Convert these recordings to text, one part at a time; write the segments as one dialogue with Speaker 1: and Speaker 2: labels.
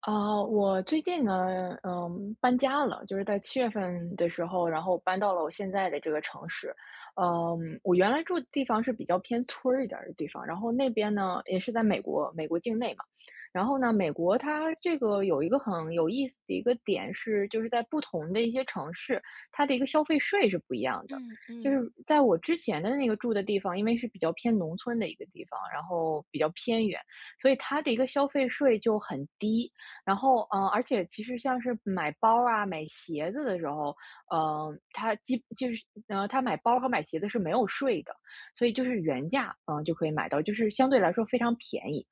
Speaker 1: 啊，我最近呢，搬家了，就是在7月份的时候，然后搬到了我现在的这个城市。嗯，我原来住的地方是比较偏村儿一点儿的地方，然后那边呢也是在美国，美国境内嘛。然后呢，美国它这个有一个很有意思的一个点是，就是在不同的一些城市，它的一个消费税是不一样的。
Speaker 2: 嗯
Speaker 1: 就是
Speaker 2: 嗯，
Speaker 1: 在我之前的那个住的地方，因为是比较偏农村的一个地方，然后比较偏远，所以它的一个消费税就很低。然后，而且其实像是买包啊、买鞋子的时候，嗯，它基就是呃，它买包和买鞋子是没有税的，所以就是原价，就可以买到，就是相对来说非常便宜。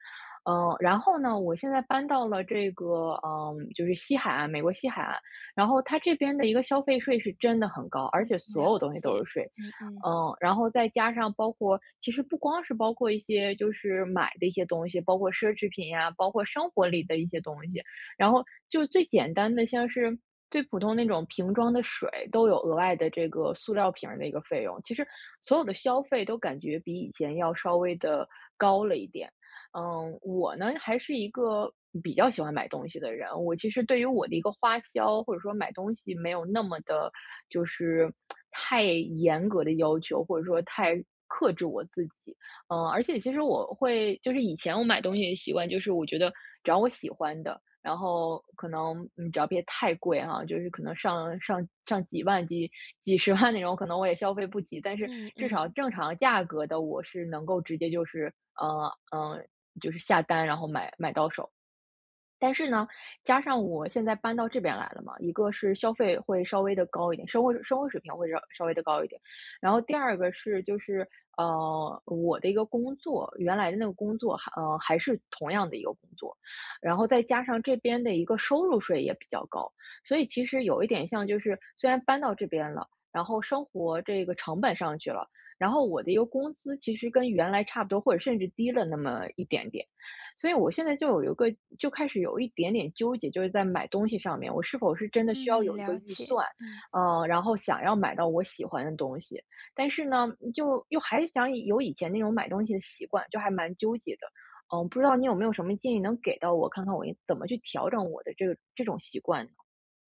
Speaker 1: 然后呢，我现在搬到了这个，就是西海岸，美国西海岸，然后它这边的一个消费税是真的很高，而
Speaker 2: 嗯，
Speaker 1: 且所
Speaker 2: 了
Speaker 1: 有东西都有
Speaker 2: 解，
Speaker 1: 税。
Speaker 2: 嗯嗯，
Speaker 1: 嗯，然后再加上包括，其实不光是包括一些就是买的一些东西，包括奢侈品呀、包括生活里的一些东西，然后就是最简单的，像是最普通那种瓶装的水，都有额外的这个塑料瓶儿的一个费用。其实所有的消费都感觉比以前要稍微的高了一点。嗯，我呢还是一个比较喜欢买东西的人，我其实对于我的一个花销或者说买东西没有那么的，就是太严格的要求，或者说太克制我自己。嗯，而且其实我会就是以前我买东西的习惯，就是我觉得只要我喜欢的，然后可能只要别太贵哈、就是可能上几万、几十万那种，可能我也消费不起。但是
Speaker 2: 嗯
Speaker 1: 至少
Speaker 2: 嗯，
Speaker 1: 正常价格的，我是能够直接就是呃嗯、呃就是下单，然后买到手。但是呢，加上我现在搬到这边来了嘛，一个是消费会稍微的高一点，生活水平会稍稍微的高一点。然后第二个是就是，我的一个工作，原来的那个工作还是同样的一个工作，然后再加上这边的一个收入税也比较高，所以其实有一点像就是，虽然搬到这边了，然后生活这个成本上去了，然后我的一个工资其实跟原来差不多，或者甚至低了那么一点点。所以我现在就有一个就开始有一点点纠结，就是在买东西上面，我是否是真的需要
Speaker 2: 嗯，
Speaker 1: 有一个
Speaker 2: 了
Speaker 1: 预
Speaker 2: 解，
Speaker 1: 算，
Speaker 2: 嗯。
Speaker 1: 嗯，然后想要买到我喜欢的东西，但是呢，就又还是想有以前那种买东西的习惯，就还蛮纠结的。嗯，不知道你有没有什么建议能给到我，看看我应怎么去调整我的这个这种习惯呢？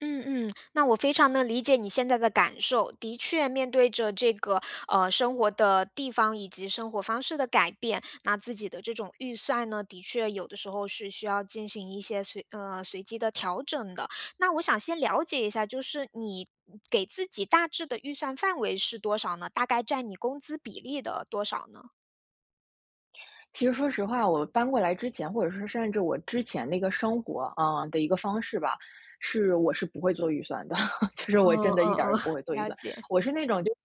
Speaker 2: 嗯嗯，那我非常能理解你现在的感受。的确，面对着这个生活的地方以及生活方式的改变，那自己的这种预算呢，的确有的时候是需要进行一些随机的调整的。那我想先了解一下，就是你给自己大致的预算范围是多少呢？大概占你工资比例的多少呢？
Speaker 1: 其实说实话，我搬过来之前，或者说甚至我之前那个生活的一个方式吧，是我是不会做预算的，就是我
Speaker 2: 嗯
Speaker 1: 真的一点儿
Speaker 2: 嗯
Speaker 1: 也
Speaker 2: 嗯，
Speaker 1: 不会做预
Speaker 2: 了
Speaker 1: 算。
Speaker 2: 解。
Speaker 1: 我是那种就是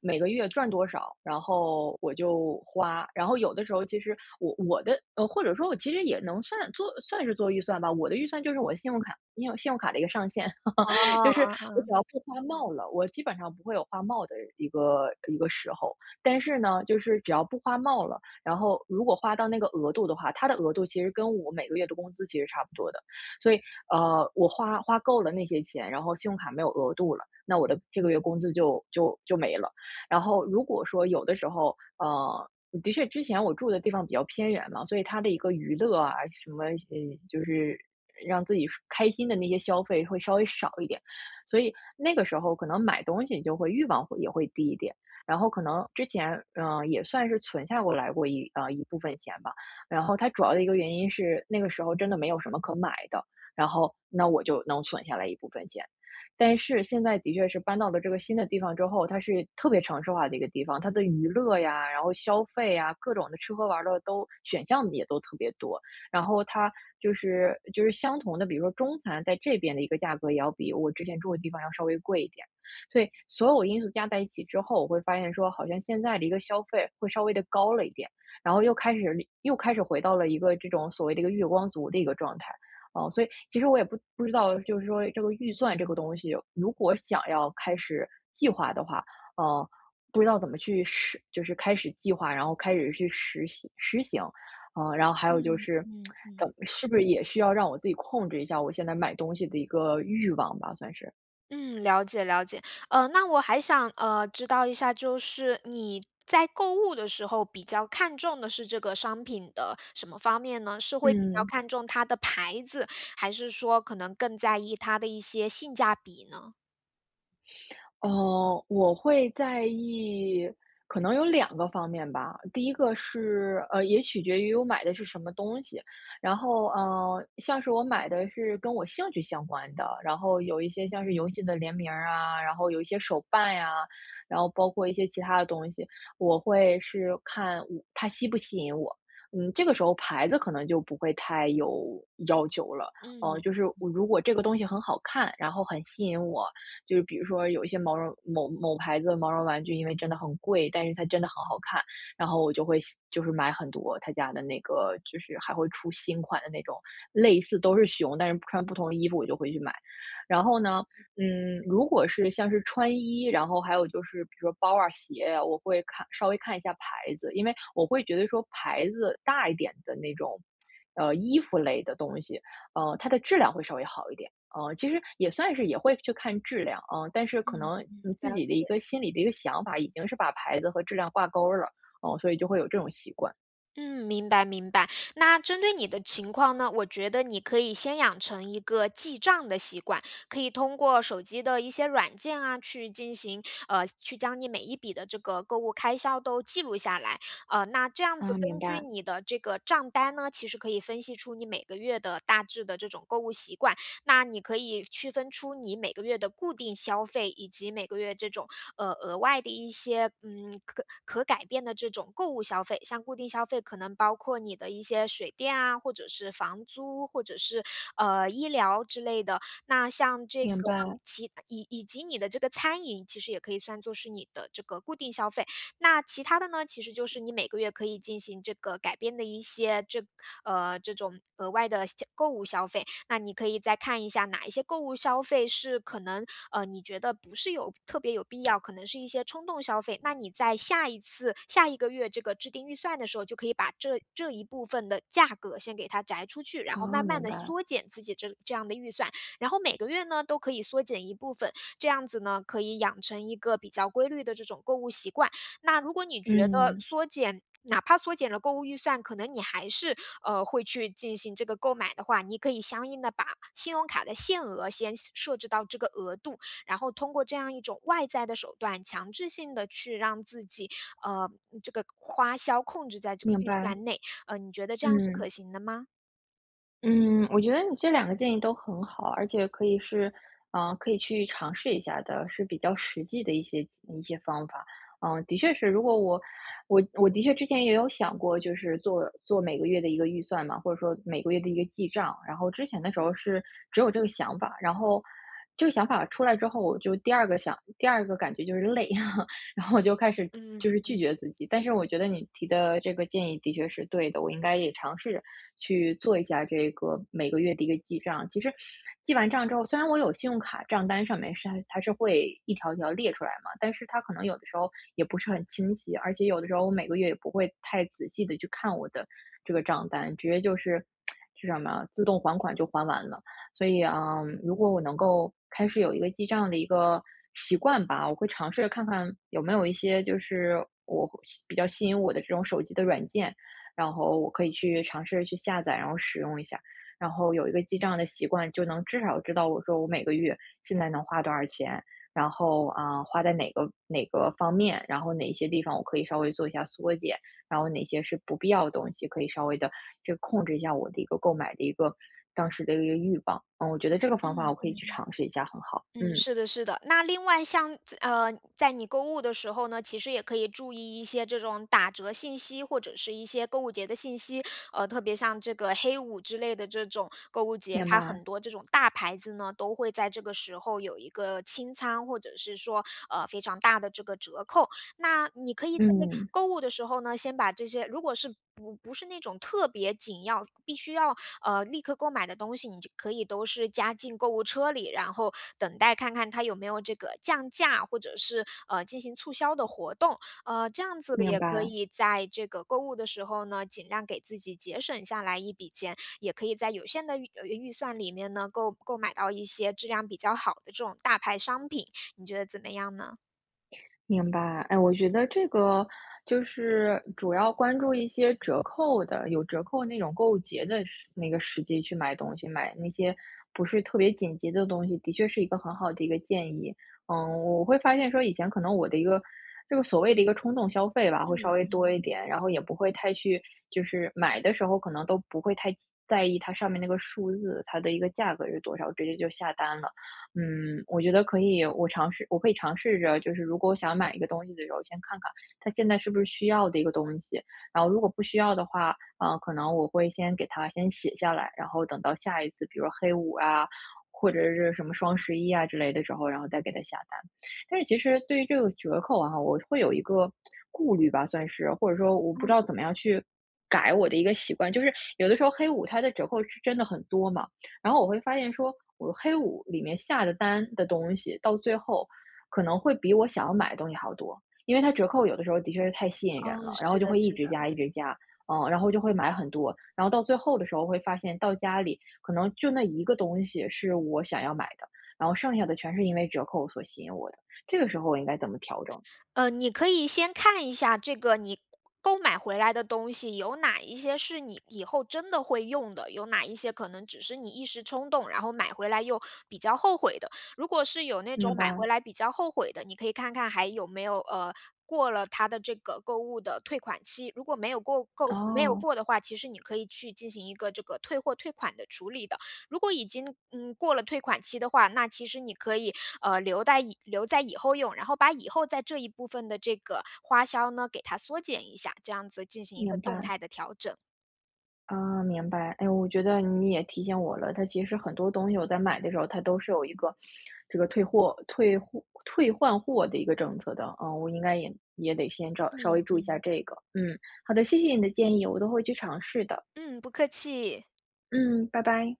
Speaker 1: 每个月赚多少，然后我就花，然后有的时候其实我或者说我其实也能算做算是做预算吧，我的预算就是我信用卡，因为信用卡的一个上限，
Speaker 2: 哦，
Speaker 1: 就是
Speaker 2: 哦
Speaker 1: 我
Speaker 2: 哦，
Speaker 1: 只要不花冒了，我基本上不会有花冒的一个时候。但是呢，就是只要不花冒了，然后如果花到那个额度的话，它的额度其实跟我每个月的工资其实差不多的。所以，我花够了那些钱，然后信用卡没有额度了，那我的这个月工资就没了。然后如果说有的时候，的确之前我住的地方比较偏远嘛，所以它的一个娱乐啊，什么，就是让自己舒开心的那些消费会稍微少一点。所以那个时候可能买东西就会欲望会也会低一点。然后可能之前，也算是存下过一部分钱吧。然后它主要的一个原因是那个时候真的没有什么可买的，然后那我就能存下来一部分钱。但是现在的确是搬到了这个新的地方之后，它是特别城市化的一个地方，它的娱乐呀，然后消费呀，各种的吃喝玩乐都选项也都特别多。然后它就是相同的，比如说中餐在这边的一个价格也要比我之前住的地方要稍微贵一点。所以所有因素加在一起之后，我会发现说，好像现在的一个消费会稍微的高了一点，然后又开始回到了一个这种所谓的一个月光族的一个状态。哦，所以其实我也不知道，就是说这个预算这个东西，如果想要开始计划的话，呃，不知道怎么去实就是开始计划，然后开始去实行，嗯，然后还有就
Speaker 2: 嗯嗯
Speaker 1: 是，
Speaker 2: 嗯
Speaker 1: 怎
Speaker 2: 嗯，
Speaker 1: 么是不是也需要让我自己控制一下我现在买东西的一个欲望吧，算是。
Speaker 2: 嗯，了解了解。那我还想知道一下，就是你在购物的时候比较看重的是这个商品的什么方面呢？是会比较
Speaker 1: 嗯。
Speaker 2: 看重它的牌子，还是说可能更在意它的一些性价比呢？
Speaker 1: 我会在意，可能有两个方面吧。第一个是，也取决于我买的是什么东西。然后，像是我买的是跟我兴趣相关的，然后有一些像是游戏的联名儿啊，然后有一些手办呀、然后包括一些其他的东西，我会是看我它吸不吸引我。嗯，这个时候牌子可能就不会太有要求了。
Speaker 2: 嗯，
Speaker 1: 就是我如果这个东西很好看，然后很吸引我，就是比如说有一些毛绒某某牌子的毛绒玩具，因为真的很贵，但是它真的很好看，然后我就会就是买很多他家的那个，就是还会出新款的那种，类似都是熊，但是穿不同的衣服，我就会去买。然后呢，嗯，如果是像是穿衣，然后还有就是比如说包啊、鞋啊，我会看稍微看一下牌子，因为我会觉得说牌子大一点的那种，衣服类的东西，它的质量会稍微好一点。其实也算是也会去看质量啊，但是可能你自
Speaker 2: 了
Speaker 1: 己的一
Speaker 2: 解。
Speaker 1: 个心里的一个想法，已经是把牌子和质量挂钩儿了，哦，所以就会有这种习惯。
Speaker 2: 嗯，明白明白。那针对你的情况呢，我觉得你可以先养成一个记账的习惯，可以通过手机的一些软件啊，去进行去将你每一笔的这个购物开销都记录下来。呃，那这样子
Speaker 1: 啊，明
Speaker 2: 根据
Speaker 1: 白，
Speaker 2: 你的这个账单呢，其实可以分析出你每个月的大致的这种购物习惯，那你可以区分出你每个月的固定消费，以及每个月这种额外的一些可改变的这种购物消费。像固定消费可能包括你的一些水电啊，或者是房租，或者是医疗之类的。那像这
Speaker 1: 明
Speaker 2: 个
Speaker 1: 白。
Speaker 2: 以及你的这个餐饮，其实也可以算作是你的这个固定消费。那其他的呢，其实就是你每个月可以进行这个改变的一些这种额外的购物消费。那你可以再看一下哪一些购物消费是可能，呃，你觉得不是有特别有必要，可能是一些冲动消费。那你在下一个月这个制定预算的时候，就可以把这一部分的价格先给它摘出去，然后
Speaker 1: 哦，
Speaker 2: 慢慢
Speaker 1: 明
Speaker 2: 的
Speaker 1: 白。
Speaker 2: 缩减自己这样的预算，然后每个月呢都可以缩减一部分，这样子呢可以养成一个比较规律的这种购物习惯。那如果你觉得
Speaker 1: 嗯，
Speaker 2: 缩减哪怕缩减了购物预算，可能你还是，呃，会去进行这个购买的话，你可以相应的把信用卡的限额先设置到这个额度，然后通过这样一种外在的手段，强制性的去让自己，呃，这个花销控制在这个
Speaker 1: 明
Speaker 2: 预
Speaker 1: 白。
Speaker 2: 算内。呃，你觉得这样是
Speaker 1: 嗯。
Speaker 2: 可行的吗？
Speaker 1: 嗯，我觉得你这两个建议都很好，而且可以是，可以去尝试一下的，是比较实际的一些方法。的确是，如果我的确之前也有想过，就是做每个月的一个预算嘛，或者说每个月的一个记账。然后之前的时候是只有这个想法，然后这个想法出来之后，我就第二个想第二个感觉就是累，然后我就开始就
Speaker 2: 嗯。
Speaker 1: 是拒绝自己。但是我觉得你提的这个建议的确是对的，我应该也尝试着去做一下这个每个月的一个记账。其实记完账之后，虽然我有信用卡账单上面是它是会一条条列出来嘛，但是它可能有的时候也不是很清晰，而且有的时候我每个月也不会太仔细的去看我的这个账单，直接就是。是什么啊？自动还款就还完了。所以，嗯，如果我能够开始有一个记账的一个习惯吧，我会尝试着看看有没有一些就是我会吸比较吸引我的这种手机的软件，然后我可以去尝试着去下载，然后使用一下，然后有一个记账的习惯，就能至少知道我说我每个月现在能花多少钱，然后啊，花在哪个方面，然后哪一些地方我可以稍微做一下缩减。然后哪些是不必要的东西，可以稍微的这个控制一下我的一个购买的一个当时的一个欲望。嗯，我觉得这个方法我可
Speaker 2: 嗯。
Speaker 1: 以去尝试一下，很好。
Speaker 2: 嗯，
Speaker 1: 嗯，
Speaker 2: 是的，是的。那另外像，在你购物的时候呢，其实也可以注意一些这种打折信息，或者是一些购物节的信息。呃，特别像这个黑五之类的这种购物节，
Speaker 1: 明
Speaker 2: 它
Speaker 1: 白，
Speaker 2: 很多这种大牌子呢，都会在这个时候有一个清仓，或者是说非常大的这个折扣。那你可以在
Speaker 1: 嗯，
Speaker 2: 购物的时候呢，先把这些，如果是不是那种特别紧要，必须要立刻购买的东西，你就可以都是加进购物车里，然后等待看看它有没有这个降价，或者是进行促销的活动。呃，这样子的
Speaker 1: 明
Speaker 2: 也可
Speaker 1: 白。
Speaker 2: 以在这个购物的时候呢，尽量给自己节省下来一笔钱，也可以在有限的预算里面呢，购买到一些质量比较好的这种大牌商品。你觉得怎么样呢？
Speaker 1: 明白，哎，我觉得这个就是主要关注一些折扣的，有折扣那种购物节的那个时机去买东西，买那些不是特别紧急的东西，的确是一个很好的一个建议。嗯，我会发现说以前可能我的一个这个所谓的一个冲动消费吧，会稍
Speaker 2: 嗯
Speaker 1: 微多
Speaker 2: 嗯，
Speaker 1: 一点，然后也不会太去买的时候可能都不会太在意它上面那个数字，它的一个价格是多少，直接就下单了。嗯，我觉得可以，我可以尝试着，就是如果我想买一个东西的时候，先看看它现在是不是需要的一个东西，然后如果不需要的话，可能我会先给它先写下来，然后等到下一次，比如说黑五啊，或者是什么双十一啊之类的时候，然后再给它下单。但是其实对于这个折扣啊，我会有一个顾虑吧，算是，或者说我不知道怎
Speaker 2: 嗯，
Speaker 1: 么样去改我的一个习惯，就是有的时候黑五它的折扣是真的很多嘛。然后我会发现说，我黑五里面下的单的东西，到最后可能会比我想要买的东西还要多，因为它折扣有的时候的确是太吸引人
Speaker 2: 哦，
Speaker 1: 了，然后
Speaker 2: 是
Speaker 1: 就
Speaker 2: 的，
Speaker 1: 会一
Speaker 2: 是
Speaker 1: 直加，
Speaker 2: 的。
Speaker 1: 一直加，嗯，然后就会买很多，然后到最后的时候会发现，到家里可能就那一个东西是我想要买的，然后剩下的全是因为折扣所吸引我的，这个时候我应该怎么调整？
Speaker 2: 呃，你可以先看一下这个你购买回来的东西有哪一些是你以后真的会用的，有哪一些可能只是你一时冲动，然后买回来又比较后悔的。如果是有那
Speaker 1: 明
Speaker 2: 种买
Speaker 1: 白，
Speaker 2: 回来比较后悔的，你可以看看还有没有呃。过了它的这个购物的退款期，如果没有
Speaker 1: 哦，
Speaker 2: 过的话，其实你可以去进行一个这个退货退款的处理的。如果已经过了退款期的话，那其实你可以留在以后用，然后把以后在这一部分的这个花销呢给它缩减一下，这样子进行一个
Speaker 1: 明
Speaker 2: 动
Speaker 1: 白。
Speaker 2: 态的调整。
Speaker 1: 啊，明白。哎，我觉得你也提醒我了，它其实很多东西我在买的时候，它都是有一个这个退换货的一个政策的。嗯，我应该也得先找稍微注意一下这个。嗯，好的，谢谢你的建议，我都会去尝试的。
Speaker 2: 嗯，不客气。
Speaker 1: 嗯，拜拜。